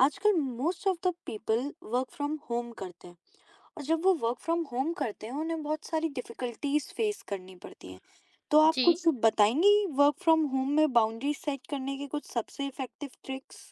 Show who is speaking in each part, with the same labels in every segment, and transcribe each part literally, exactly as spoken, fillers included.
Speaker 1: आजकल most of the people work from home करते हैं और जब वो वर्क फ्रॉम होम करते हैं उन्हें बहुत सारी डिफिकल्टीज फेस करनी पड़ती हैं। तो आप
Speaker 2: जी,
Speaker 1: कुछ बताएंगी वर्क फ्रॉम होम में बाउंड्री सेट करने के कुछ सबसे इफेक्टिव ट्रिक्स?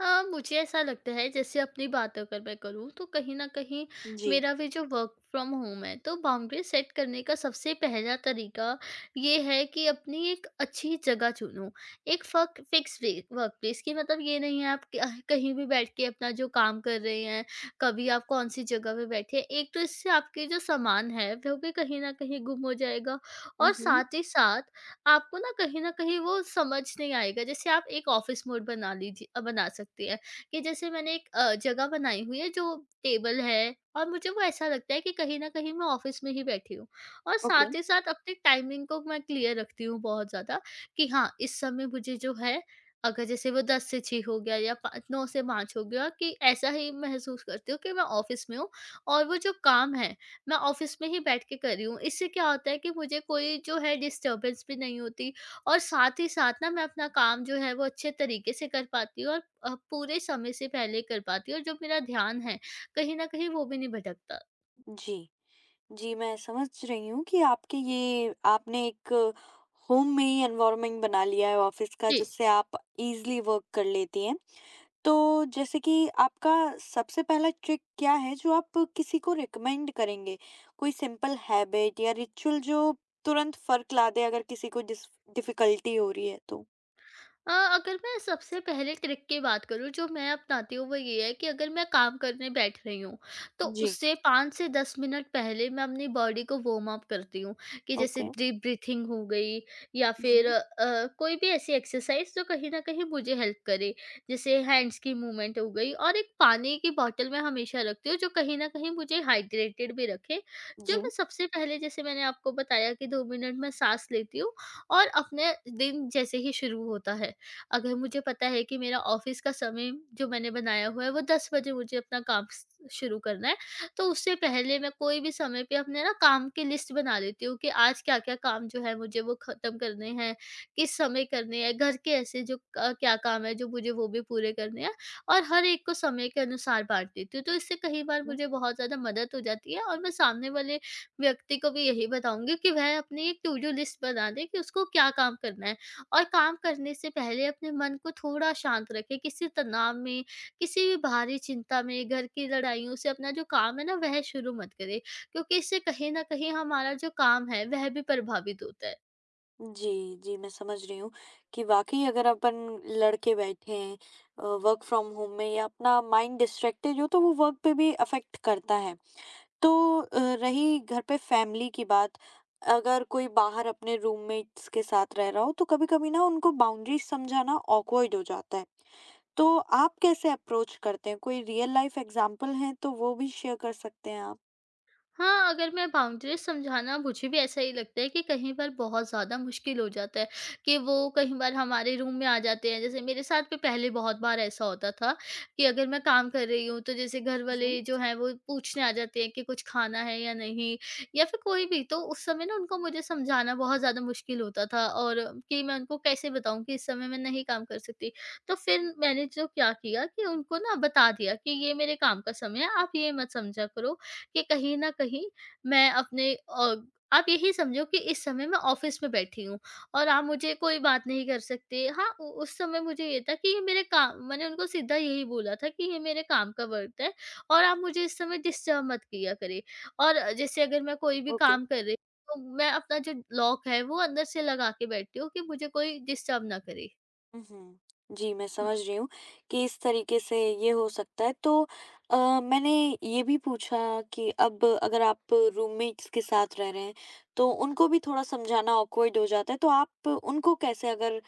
Speaker 2: हाँ, मुझे ऐसा लगता है जैसे अपनी बात अगर मैं करूँ तो कहीं न कहीं
Speaker 1: जी।
Speaker 2: मेरा भी जो वर्क फ्रॉम होम है तो बाउंड्री सेट करने का सबसे पहला तरीका ये है कि अपनी एक अच्छी जगह चुनो। एक फ़क फ़िक्स वे वर्क प्लेस की मतलब ये नहीं है आप कह कहीं भी बैठ के अपना जो काम कर रहे हैं, कभी आप कौन-सी जगह पे बैठे हैं। एक तो इससे आपके जो सामान है वो भी कहीं न कहीं गुम हो जाएगा और
Speaker 1: हम्म।
Speaker 2: साथ ही साथ आपको ना कहीं न कहीं वो समझ नहीं आएगा। जैसे आप एक ऑफ़िस मोड बना लीजिए, अ, बना सकती हैं कि जैसे मैंने एक अ, जगह बनाई हुई है जो टेबल है और मुझे वो ऐसा लगता है कि कहीं न कहीं मैं ऑफ़िस में ही बैठी हूँ। और
Speaker 1: ओके।
Speaker 2: साथ ही साथ अपनी टाइमिंग को मैं क्लियर रखती हूँ बहुत ज़्यादा कि हाँ, इस समय मुझे जो है अगर जैसे वो दस से छह हो गया या पा नौ से पाँच हो गया कि ऐसा ही महसूस करती हूँ कि मैं ऑफ़िस में हूँ और वो जो काम है मैं ऑफिस में ही बैठ के कर रही हूँ। इससे क्या होता है कि मुझे कोई जो है डिस्टर्बेंस भी नहीं होती और साथ ही साथ ना मैं अपना काम जो है वो अच्छे तरीके से कर पाती हूँ और अ, पूरे समय से पहले कर पाती हूँ और जो मेरा ध्यान है, कहीं न कहीं वो भी नहीं भटकता।
Speaker 1: जी, जी, मैं समझ रही हूँ कि आपके ये आपने एक होम में ही एनवायरनमेंट बना लिया है ऑफिस का,
Speaker 2: जी।
Speaker 1: जिससे आप इजीली वर्क कर लेती हैं। तो जैसे कि आपका सबसे पहला ट्रिक क्या है जो आप किसी को रिकमेंड करेंगे? कोई सिंपल हैबिट या रिचुअल जो तुरंत फर्क ला दे अगर किसी को डिस डिफिकल्टी हो रही है तो?
Speaker 2: अ, अगर मैं सबसे पहले ट्रिक की बात करूँ जो मैं अपनाती हूँ वो ये है कि अगर मैं काम करने बैठ रही हूँ तो
Speaker 1: जी।
Speaker 2: उससे पाँच से दस मिनट पहले मैं अपनी बॉडी को वार्म अप करती हूँ कि जैसे
Speaker 1: ओके।
Speaker 2: डीप ब्रीथिंग हो गई या फिर
Speaker 1: हुँ।
Speaker 2: अ, कोई भी ऐसी एक्सरसाइज जो कहीं ना कहीं मुझे हेल्प करे, जैसे हैंड्स की मूवमेंट हो गई और एक पानी की बॉटल मैं हमेशा रखती हूँ जो कहीं ना कहीं मुझे हाइड्रेटेड भी रखे। जो
Speaker 1: जी।
Speaker 2: मैं सबसे पहले जैसे मैंने आपको बताया कि दो मिनट में सांस लेती हूँ और अपने दिन जैसे ही शुरू होता है, अगर मुझे पता है कि मेरा ऑफिस का समय जो मैंने बनाया हुआ है वो दस बजे मुझे अपना काम स- शुरू करना है, तो उससे पहले मैं कोई भी समय पे अपने ना काम की लिस्ट बना लेती हूँ कि आज क्या क्या काम जो है मुझे वो खत्म करने हैं, किस समय करने हैं, घर के ऐसे जो का- क्या काम है जो मुझे वो भी पूरे करने हैं और हर एक को समय के अनुसार बांट देती हूँ। तो इससे कई बार
Speaker 1: हुँ।
Speaker 2: मुझे बहुत ज़्यादा मदद हो जाती है और मैं सामने वाले व्यक्ति को भी यही बताऊंगी कि वह अपनी एक टू डू लिस्ट बना दे कि उसको क्या काम करना है और काम करने से पहले अपने मन को थोड़ा शांत रखें। किसी तनाव में, किसी भी बाहरी चिंता में, घर की लड़ाइयों से अपना जो काम है ना वह शुरू मत करें, क्योंकि इससे कहीं न कहीं हमारा जो काम है वह भी प्रभावित होता है।
Speaker 1: जी, जी, मैं समझ रही हूँ कि वाक़ई अगर अपन लड़के बैठे हैं अ, वर्क फ्रॉम होम में या अपना माइंड डिस्ट्रैक्टेड हो तो वो वर्क पे भी अफ़ेक्ट करता है। तो अ, रही घर पे फैमिली की बात, अगर कोई बाहर अपने रूममेट्स के साथ रह रहा हो, तो कभी-कभी ना उनको बाउंड्रीज़ समझाना ऑकवर्ड हो जाता है। तो आप कैसे अप्रोच करते हैं? कोई रियल लाइफ़ एग्ज़ाम्पल हैं, तो वो भी शेयर कर सकते हैं आप।
Speaker 2: हाँ, अगर मैं बाउंड्रीज़ समझाना, मुझे भी ऐसा ही लगता है कि कहीं बार बहुत ज़्यादा मुश्किल हो जाता है, कि वो कहीं बार हमारे रूम में आ जाते हैं। जैसे मेरे साथ भी पहले बहुत बार ऐसा होता था कि अगर मैं काम कर रही हूँ, तो जैसे घर
Speaker 1: हुँ।
Speaker 2: वाले जो हैं वो पूछने आ जाते हैं कि कुछ खाना है या नहीं या फिर कोई भी। तो उस समय ना उनको मुझे समझाना बहुत ज़्यादा मुश्किल होता था, और कि मैं उनको कैसे बताऊँ कि इस समय मैं नहीं काम कर सकती। तो फिर मैंने जो क्या किया कि उनको ना बता दिया कि ये मेरे काम का समय है, आप ये मत समझा करो कि कहीं न कहीं मैं अपने अ, आप यही समझो कि इस समय मैं ऑफ़िस में बैठी हूँ और आप मुझे कोई बात नहीं कर सकते। हाँ, उ उस समय मुझे ये था कि ये मेरे काम, मैंने उनको सीधा यही बोला था कि ये मेरे काम का वक़्त है और आप मुझे इस समय डिस्टर्ब मत किया करें। और जैसे अगर मैं कोई भी
Speaker 1: ओके।
Speaker 2: काम कर रही हूँ तो मैं अपना जो लॉक है वो अंदर से लगा के बैठती हूँ कि मुझे कोई डिस्टर्ब ना करे।
Speaker 1: उहुँ। जी, मैं
Speaker 2: हुँ।
Speaker 1: समझ रही हूँ कि इस तरीके से ये हो सकता है। तो अ, मैंने ये भी पूछा कि अब अगर आप रूममेट्स के साथ रह रहे हैं, तो उनको भी थोड़ा समझाना ऑकवर्ड हो जाता है, तो आप उनको कैसे, अगर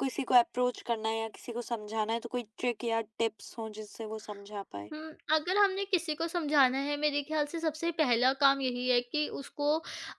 Speaker 1: किसी को अप्रोच करना है या किसी को समझाना है तो कोई ट्रिक या टिप्स हो जिससे वो समझा पाए?
Speaker 2: हुँ, अगर हमने किसी को समझाना है मेरे ख़्याल से सबसे पहला काम यही है कि उसको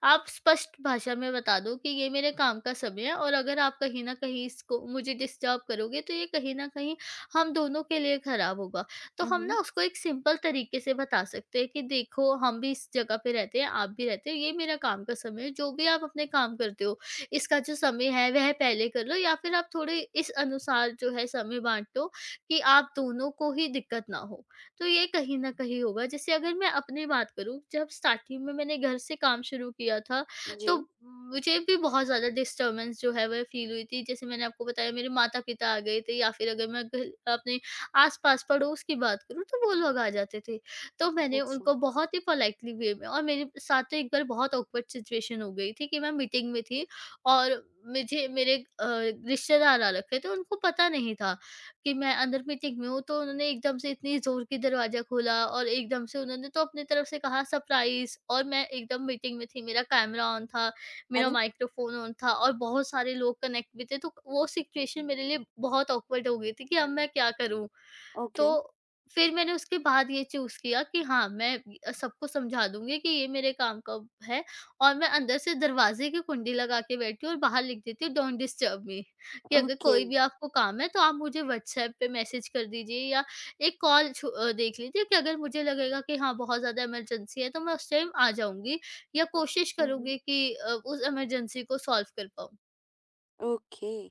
Speaker 2: आप स्पष्ट भाषा में बता दो कि ये मेरे काम का समय है और अगर आप कहीं न कहीं इसको मुझे डिस्टर्ब करोगे तो ये कहीं न कहीं हम दोनों के लिए ख़राब होगा। तो हम ना
Speaker 1: उहुँ।
Speaker 2: उसको एक सिंपल तरीके से बता सकते हैं कि देखो हम भी इस जगह पे रहते हैं, आप भी रहते हो, ये मेरा काम का समय है, जो भी आप अपने काम करते हो, इसका जो समय है वह पहले कर लो या फिर आप थोड़े इस अनुसार जो है समय बाँट दो कि आप दोनों को ही दिक्कत ना हो। तो ये कहीं न कहीं होगा। जैसे अगर मैं अपनी बात करूँ, जब स्टार्टिंग में मैंने घर से काम शुरू किया था,
Speaker 1: जी।
Speaker 2: तो मुझे भी बहुत ज़्यादा डिस्टर्बेंस जो है वह फ़ील हुई थी। जैसे मैंने आपको बताया मेरे माता-पिता आ गए थे या फिर अगर मैं घर अपने आस-पास पड़ोस की बात करूँ तो वो लोग आ जाते थे। तो मैंने
Speaker 1: अच्छा।
Speaker 2: उनको बहुत ही पोलाइटली वे में, और मेरे साथ तो एक बार बहुत ऑकवर्ड सिचुएशन हो गई थी कि मैं मीटिंग में थी और मुझे मेरे अ, रिश्तेदार आ रखे थे, उनको पता नहीं था कि मैं अंदर मीटिंग में हूँ, तो उन्होंने एकदम से इतनी ज़ोर की दरवाज़ा खोला और एकदम से उन्होंने तो अपनी तरफ से कहा सरप्राइज़, और मैं एकदम मीटिंग में थी, मेरा कैमरा ऑन था, मेरा
Speaker 1: अरे!
Speaker 2: माइक्रोफ़ोन ऑन था और बहुत सारे लोग कनेक्ट भी थे, तो वो सिचुएशन मेरे लिए बहुत ऑकवर्ड हो गई थी कि अब मैं क्या करूँ? तो
Speaker 1: ओके,
Speaker 2: फिर मैंने उसके बाद ये चूज़ किया कि हाँ, मैं अ, सबको समझा दूँगी कि ये मेरे काम का है और मैं अंदर से दरवाज़े की कुंडी लगा के बैठी हूँ और बाहर लिख देती हूँ डोंट डिस्टर्ब मी कि अगर
Speaker 1: ओके।
Speaker 2: कोई भी आपको काम है तो आप मुझे व्हाट्सएप पे मैसेज कर दीजिए या एक कॉल छु अ, देख लीजिए कि अगर मुझे लगेगा कि हाँ, बहुत ज़्यादा इमरजेंसी है तो मैं उस टाइम आ जाऊँगी या कोशिश
Speaker 1: उहुँ।
Speaker 2: करूँगी कि अ, उस इमरजेंसी को सॉल्व कर पाऊँ।
Speaker 1: ओके।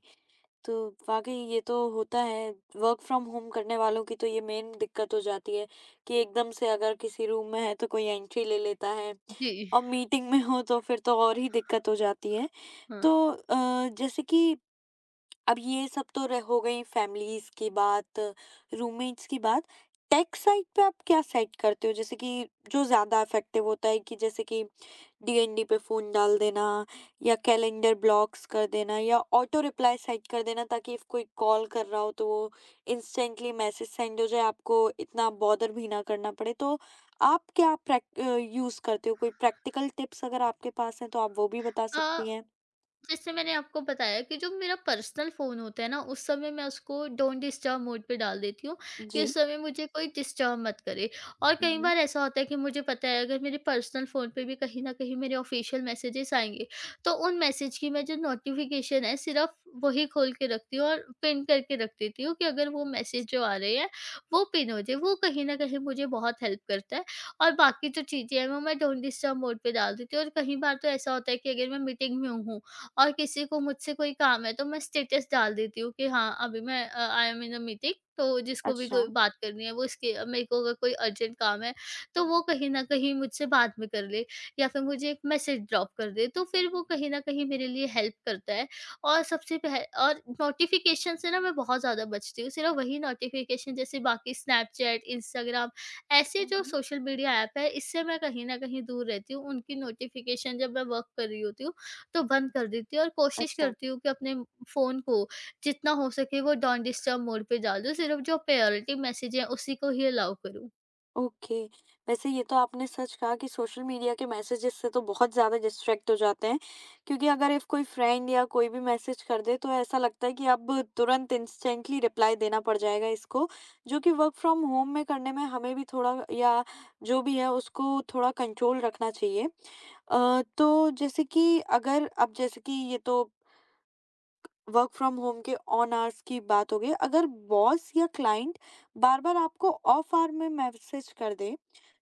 Speaker 1: तो वाक़ई ये तो होता है, वर्क फ्रॉम होम करने वालों की तो ये मेन दिक्कत हो जाती है कि एकदम से अगर किसी रूम में है तो कोई एंट्री ले लेता है,
Speaker 2: जी,
Speaker 1: और मीटिंग में हो तो फिर तो और ही दिक्कत हो जाती है।
Speaker 2: हाँ।
Speaker 1: तो अ, जैसे कि अब ये सब तो रह हो गई फैमिलीज़ की बात, रूममेट्स की बात। टेक साइड पे आप क्या सेट करते हो? जैसे कि जो ज़्यादा इफ़ेक्टिव होता है कि जैसे कि डीएनडी पे फ़ोन डाल देना, या कैलेंडर ब्लॉक्स कर देना, या ऑटो रिप्लाई सेट कर देना ताकि इफ़ कोई कॉल कर रहा हो तो वो इंस्टेंटली मैसेज सेंड हो जाए, आपको इतना बॉदर भी ना करना पड़े। तो आप क्या प्रैक्ट अ, यूज़ करते हो? कोई प्रैक्टिकल टिप्स अगर आपके पास हैं तो आप वो भी बता
Speaker 2: अ,
Speaker 1: सकती हैं।
Speaker 2: जैसे मैंने आपको बताया कि जो मेरा पर्सनल फ़ोन होता है ना, उस समय मैं उसको डोंट डिस्टर्ब मोड पे डाल देती हूँ कि
Speaker 1: जी।
Speaker 2: उस समय मुझे कोई डिस्टर्ब मत करे। और
Speaker 1: हुँ,
Speaker 2: कई
Speaker 1: हुँ।
Speaker 2: बार ऐसा होता है कि मुझे पता है अगर मेरे पर्सनल फ़ोन पे भी कहीं न कहीं मेरे ऑफ़िशियल मैसेजेस आएँगे, तो उन मैसेज की मैं जो नोटिफ़िकेशन है सिर्फ़ वही खोल के रखती हूँ और पिन करके रख देती हूँ कि अगर वो मैसेज जो आ रहे हैं, वो पिन हो जाए। वो कहीं न कहीं मुझे बहुत हेल्प करता है और बाकी जो चीज़ें हैं वो मैं डोंट डिस्टर्ब मोड पे डाल देती हूँ। और कई बार तो ऐसा होता है कि अगर मैं मीटिंग में हूँ और किसी को मुझसे कोई काम है तो मैं स्टेटस डाल देती हूँ कि हाँ अभी मैं I am in a meeting, तो जिसको भी
Speaker 1: अच्छा।
Speaker 2: कोई बात करनी है वो इसके, मेरे को अगर कोई अर्जेंट काम है तो वो कहीं ना कहीं मुझसे बाद में कर ले या फिर मुझे एक मैसेज ड्रॉप कर दे, तो फिर वो कहीं ना कहीं मेरे लिए हेल्प करता है। और सबसे पहले और नोटिफिकेशन से ना मैं बहुत ज़्यादा बचती हूँ, सिर्फ वही नोटिफिकेशन जैसे बाकी स्नैपचैट, इंस्टाग्राम, ऐसे
Speaker 1: हुँ,
Speaker 2: जो
Speaker 1: हुँ।
Speaker 2: सोशल मीडिया ऐप है इससे मैं कहीं ना कहीं दूर रहती हूँ, उनकी नोटिफिकेशन जब मैं वर्क कर रही होती हूँ तो बंद कर देती हूँ और कोशिश
Speaker 1: अच्छा।
Speaker 2: करती हूँ कि अपने फ़ोन को जितना हो सके वो डोंट डिस्टर्ब मोड पे डाल दूँ, सिर्फ़ जो प्रायोरिटी मैसेज है उसी को ही अलाउ करूँ।
Speaker 1: ओके। वैसे ये तो आपने सच कहा कि सोशल मीडिया के मैसेजेस से तो बहुत ज़्यादा डिस्ट्रैक्ट हो जाते हैं, क्योंकि अगर इफ कोई फ्रेंड या कोई भी मैसेज कर दे, तो ऐसा लगता है कि अब तुरंत इंस्टेंटली रिप्लाई देना पड़ जाएगा इसको, जो कि वर्क फ्रॉम होम में करने में हमें भी थोड़ा, या जो भी है, उसको थोड़ा कंट्रोल रखना चाहिए। अ, तो जैसे कि अगर अब जैसे कि ये तो वर्क फ्रॉम होम के ऑन आवर्स की बात हो गई, अगर बॉस या क्लाइंट बार-बार आपको ऑफ आवर में मैसेज कर दें,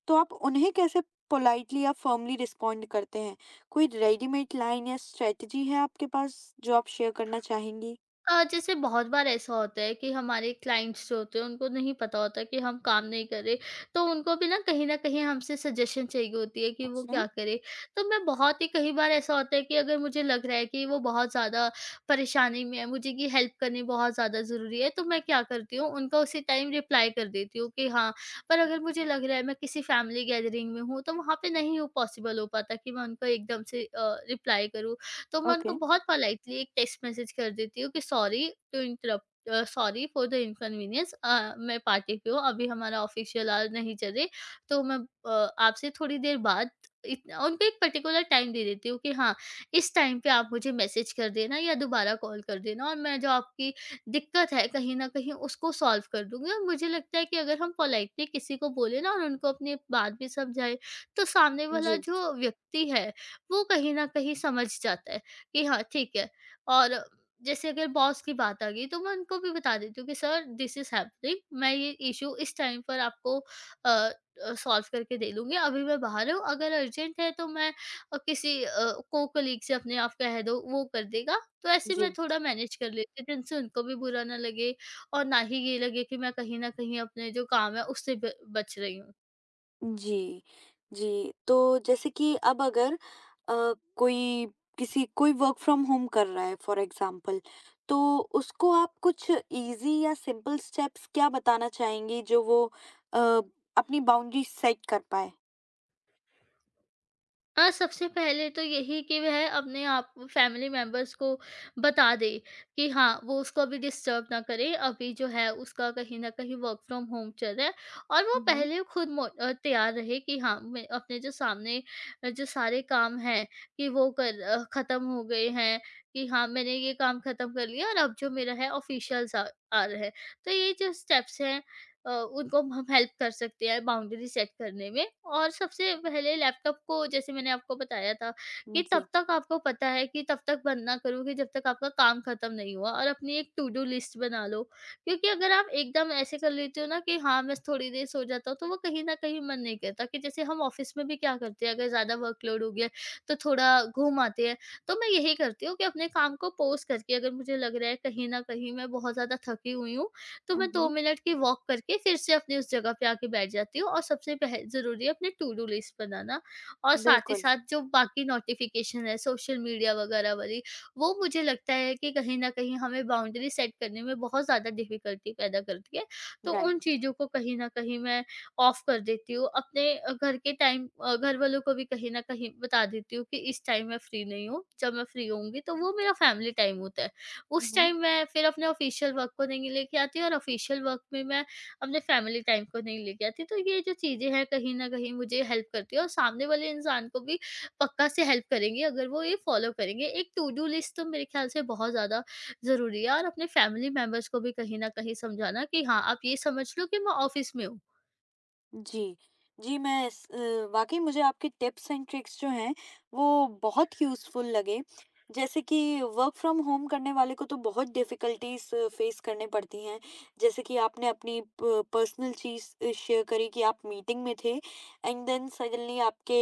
Speaker 1: तो आप उन्हें कैसे पोलाइटली या फर्मली रिस्पॉन्ड करते हैं? कोई रेडीमेड लाइन या स्ट्रैटेजी है आपके पास जो आप शेयर करना चाहेंगी?
Speaker 2: अ, जैसे बहुत बार ऐसा होता है कि हमारे क्लाइंट्स जो होते हैं उनको नहीं पता होता कि हम काम नहीं कर रहे, तो उनको भी ना कहीं ना कहीं हमसे सजेशन चाहिए होती है कि वो
Speaker 1: आपने
Speaker 2: क्या करे। तो मैं बहुत ही, कई बार ऐसा होता है कि अगर मुझे लग रहा है कि वो बहुत ज़्यादा परेशानी में है, मुझे कि हेल्प करनी बहुत ज़्यादा ज़रूरी है तो मैं क्या करती हूँ उनका उसी टाइम रिप्लाई कर देती हूँ कि हाँ। पर अगर मुझे लग रहा है मैं किसी फैमिली गैदरिंग में हूँ तो वहाँ पे नहीं हो, पॉसिबल हो पाता कि मैं उनको एकदम से रिप्लाई करूँ, तो मैं उनको
Speaker 1: ओके,
Speaker 2: बहुत पोलाइटली एक टेक्स्ट मैसेज कर देती हूँ कि sorry to interrupt, uh, sorry for the inconvenience, uh, मैं पार्टी पे हूँ, अभी हमारा ऑफिशियल आवर नहीं चले, तो मैं अ, आपसे थोड़ी देर बाद इत- उनको एक पर्टिकुलर टाइम दे देती हूँ कि हाँ, इस टाइम पे आप मुझे मैसेज कर देना या दोबारा कॉल कर देना और मैं जो आपकी दिक्कत है कहीं ना कहीं उसको सॉल्व कर दूंगी। और मुझे लगता है कि अगर हम पोलाइटली किसी को बोले ना और उनको अपनी बात भी समझाए तो सामने वाला
Speaker 1: जी,
Speaker 2: जो व्यक्ति है वो कहीं ना कहीं समझ जाता है कि हाँ, ठीक है। और जैसे अगर बॉस की बात आ गई तो मैं उनको भी बता देती हूँ कि सर दिस इज़ हैपनिंग, मैं ये इश्यू इस टाइम पर आपको अ अ, सॉल्व करके दे दूँगी। अभी मैं बाहर हूँ, अगर अर्जेंट है तो मैं अ, किसी अ, को-कलीग से अपने आप कह दो, वो कर देगा। तो ऐसे मैं
Speaker 1: जी।
Speaker 2: थोड़ा मैनेज कर लेती हूँ जिनसे उनको भी बुरा ना लगे और ना ही ये लगे कि मैं कहीं न कहीं अपने जो काम है उससे ब बच रही हूँ।
Speaker 1: जी, जी। तो जैसे कि अब अगर अ, कोई किसी कोई वर्क फ्रॉम होम कर रहा है फॉर एग्ज़ाम्पल, तो उसको आप कुछ ईज़ी या सिंपल स्टेप्स क्या बताना चाहेंगी जो वो अ, अपनी बाउंड्री सेट कर पाए?
Speaker 2: हाँ, सबसे पहले तो यही कि वह अपने आप फैमिली मेंबर्स को बता दे कि हाँ, वो उसको अभी डिस्टर्ब ना करे, अभी जो है उसका कहीं न कहीं वर्क फ्रॉम होम चल रहा है। और वो
Speaker 1: हुँ, हुँ।
Speaker 2: पहले खुद मो अ, तैयार रहे कि हाँ, मैं अपने जो सामने अ, जो सारे काम हैं कि वो कर अ, ख़त्म हो गए हैं, कि हाँ, मैंने ये काम ख़त्म कर लिया और अब जो मेरा है ऑफ़िशियल सा आ रहा है। तो ये जो स्टेप्स हैं अ, उनको हम हेल्प कर सकते हैं बाउंड्री सेट करने में। और सबसे पहले लैपटॉप को जैसे मैंने आपको बताया था कि तब
Speaker 1: जी।
Speaker 2: तक आपको पता है कि तब तक बंद ना करो कि जब तक आपका काम खत्म नहीं हुआ, और अपनी एक टू डू लिस्ट बना लो। क्योंकि अगर आप एकदम ऐसे कर लेते हो ना कि हाँ मैं थोड़ी देर सो जाता हूँ, तो वो कहीं ना कहीं मन नहीं करता कि जैसे हम ऑफिस में भी क्या करते हैं, अगर ज़्यादा वर्कलोड हो गया तो थोड़ा घूम आते हैं। तो मैं यही करती हूँ कि अपने काम को पोस्ट करके अगर मुझे लग रहा है कहीं ना कहीं मैं बहुत ज़्यादा थकी हुई हूँ तो
Speaker 1: हुँ,
Speaker 2: मैं दो
Speaker 1: हुँ।
Speaker 2: मिनट की वॉक करके फिर से अपनी उस जगह पे आके बैठ जाती हूँ। और सबसे पह ज़रूरी है अपने टू डू लिस्ट बनाना। और साथ ही
Speaker 1: बिल्कुल।
Speaker 2: साथ जो बाकी नोटिफ़िकेशन है सोशल मीडिया वगैरह वाली, वो मुझे लगता है कि कहीं न कहीं हमें बाउंड्री सेट करने में बहुत ज़्यादा डिफ़िकल्टी पैदा करती है। तो
Speaker 1: राइट।
Speaker 2: उन चीज़ों को कहीं न कहीं मैं ऑफ कर देती हूँ, अपने अ, घर के टाइम अ, घर वालों को भी कहीं न कहीं बता देती हूँ कि इस टाइम मैं फ्री नहीं हूँ, जब मैं फ्री होंगी तो वो मेरा फैमिली टाइम होता है।
Speaker 1: हुँ,
Speaker 2: उस
Speaker 1: हुँ।
Speaker 2: टाइम मैं फिर अपने ऑफ़िशियल वर्क को नहीं लेके आती और ऑफ़िशियल वर्क में मैं अपने फैमिली टाइम को नहीं लेके आती। तो ये जो चीज़ें हैं कहीं न कहीं मुझे हेल्प करती है और सामने वाले इंसान को भी पक्का से हेल्प करेंगी अगर वो ये फ़ॉलो करेंगे। एक टू डू लिस्ट तो मेरे ख़्याल से बहुत ज़्यादा ज़रूरी है, और अपने फैमिली मेंबर्स को भी कहीं न कहीं समझाना कि हाँ, आप ये समझ लो कि मैं ऑफ़िस में हूँ।
Speaker 1: जी। जी, मैं स अ, वाक़ई मुझे आपके टिप्स एंड ट्रिक्स जो हैं, वो बहुत यूज़फुल लगे। जैसे कि वर्क फ्रॉम होम करने वाले को तो बहुत डिफ़िकल्टीज़ फ़ेस करनी पड़ती हैं। जैसे कि आपने अपनी प पर्सनल चीज़ शेयर करी कि आप मीटिंग में थे, एंड देन सडनली आपके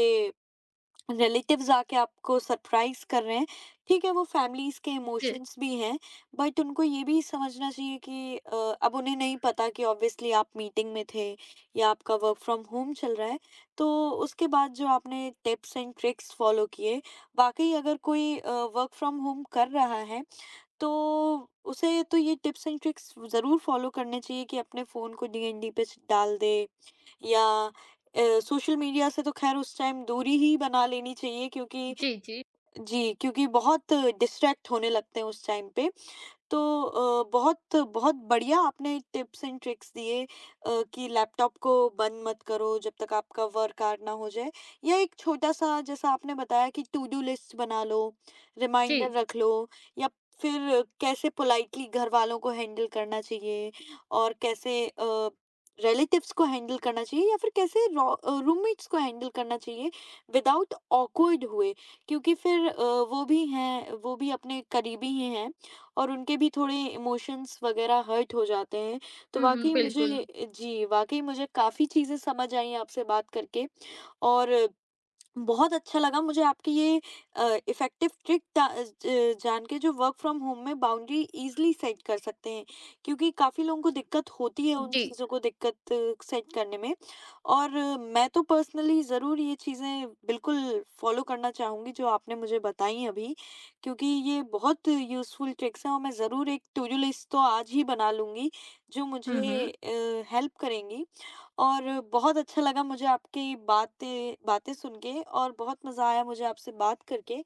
Speaker 1: रिलेटिव्स आके आपको सरप्राइज कर रहे हैं। ठीक है, वो फैमिलीज़ के
Speaker 2: जी,
Speaker 1: इमोशंस भी हैं, बट उनको ये भी समझना चाहिए कि अ, अब उन्हें नहीं पता कि ऑब्वियसली आप मीटिंग में थे या आपका वर्क फ्रॉम होम चल रहा है। तो उसके बाद जो आपने टिप्स एंड ट्रिक्स फॉलो किए, वाक़ई अगर कोई अ, वर्क फ्रॉम होम कर रहा है तो उसे तो ये टिप्स एंड ट्रिक्स ज़रूर फ़ॉलो करने चाहिए कि अपने फ़ोन को डीएनडी पे च- डाल दे, या अ, सोशल मीडिया से तो खैर उस टाइम दूरी ही बना लेनी चाहिए, क्योंकि
Speaker 2: जी, जी।
Speaker 1: जी, क्योंकि बहुत डिस्ट्रैक्ट होने लगते हैं उस टाइम पे। तो अ, बहुत बहुत बढ़िया आपने टिप्स एंड ट्रिक्स दिए अ, कि लैपटॉप को बंद मत करो जब तक आपका वर्क आवर ना हो जाए, या एक छोटा सा, जैसा आपने बताया, कि टू डू लिस्ट बना लो,
Speaker 2: जी।
Speaker 1: रिमाइंडर रख लो, या फिर कैसे पोलाइटली घर वालों को हैंडल करना चाहिए, और कैसे रिलेटिव्स को हैंडल करना चाहिए, या फिर कैसे रूममेट्स को हैंडल करना चाहिए विदाउट ऑकवर्ड हुए, क्योंकि फिर अ, वो भी हैं, वो भी अपने करीबी ही हैं, और उनके भी थोड़े इमोशंस वगैरह हर्ट हो जाते हैं। तो
Speaker 2: हुँ,
Speaker 1: हाँ, हाँ,
Speaker 2: हुँ,
Speaker 1: वाक़ई मुझे
Speaker 2: बिल्कुल।
Speaker 1: बिल्कुल। मुझे जी, वाक़ई मुझे काफ़ी चीज़ें समझ आईं आपसे बात करके, और बहुत अच्छा लगा मुझे आपकी ये अ, इफ़ेक्टिव ट्रिक ता अ, ज जान के, जो वर्क फ्रॉम होम में बाउंड्री ईज़िली सेट कर सकते हैं, क्योंकि काफ़ी लोगों को दिक्कत होती है उन
Speaker 2: जी।
Speaker 1: चीज़ों को दिक्कत सेट करने में। और अ, मैं तो पर्सनली ज़रूर ये चीज़ें बिल्कुल फ़ॉलो करना चाहूँगी जो आपने मुझे बताई अभी, क्योंकि ये बहुत यूज़फुल ट्रिक्स हैं, और मैं ज़रूर एक टू डू लिस्ट तो आज ही बना लूँगी, जो मुझे
Speaker 2: हुँ, हुँ।
Speaker 1: अ, हेल्प करेंगी। और बहुत अच्छा लगा मुझे आपकी बातें बातें सुन के, और बहुत मज़ा आया मुझे आपसे बात करके।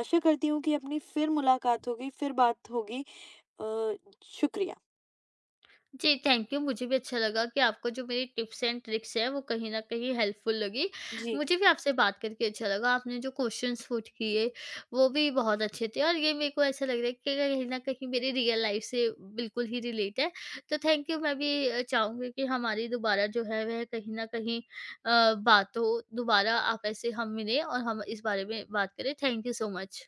Speaker 1: आशा करती हूँ कि अपनी फिर मुलाकात होगी, फिर बात होगी। अ, शुक्रिया।
Speaker 2: जी, थैंक यू। मुझे भी अच्छा लगा कि आपको जो मेरी टिप्स एंड ट्रिक्स हैं, वो कहीं न कहीं हेल्पफुल लगी।
Speaker 1: जी।
Speaker 2: मुझे भी आपसे बात करके अच्छा लगा। आपने जो क्वेश्चन्स पुट किए, वो भी बहुत अच्छे थे और ये मेरे को ऐसा लग रहा है कि कहीं न कहीं मेरी रियल लाइफ से बिल्कुल ही रिलेट है। तो थैंक यू, मैं भी अ, चाहूँगी कि हमारी दोबारा जो है, वह कहीं न कहीं अ, बात हो। दोबारा आप ऐसे हम मिलें और हम इस बारे में बात करें। Thank you so much.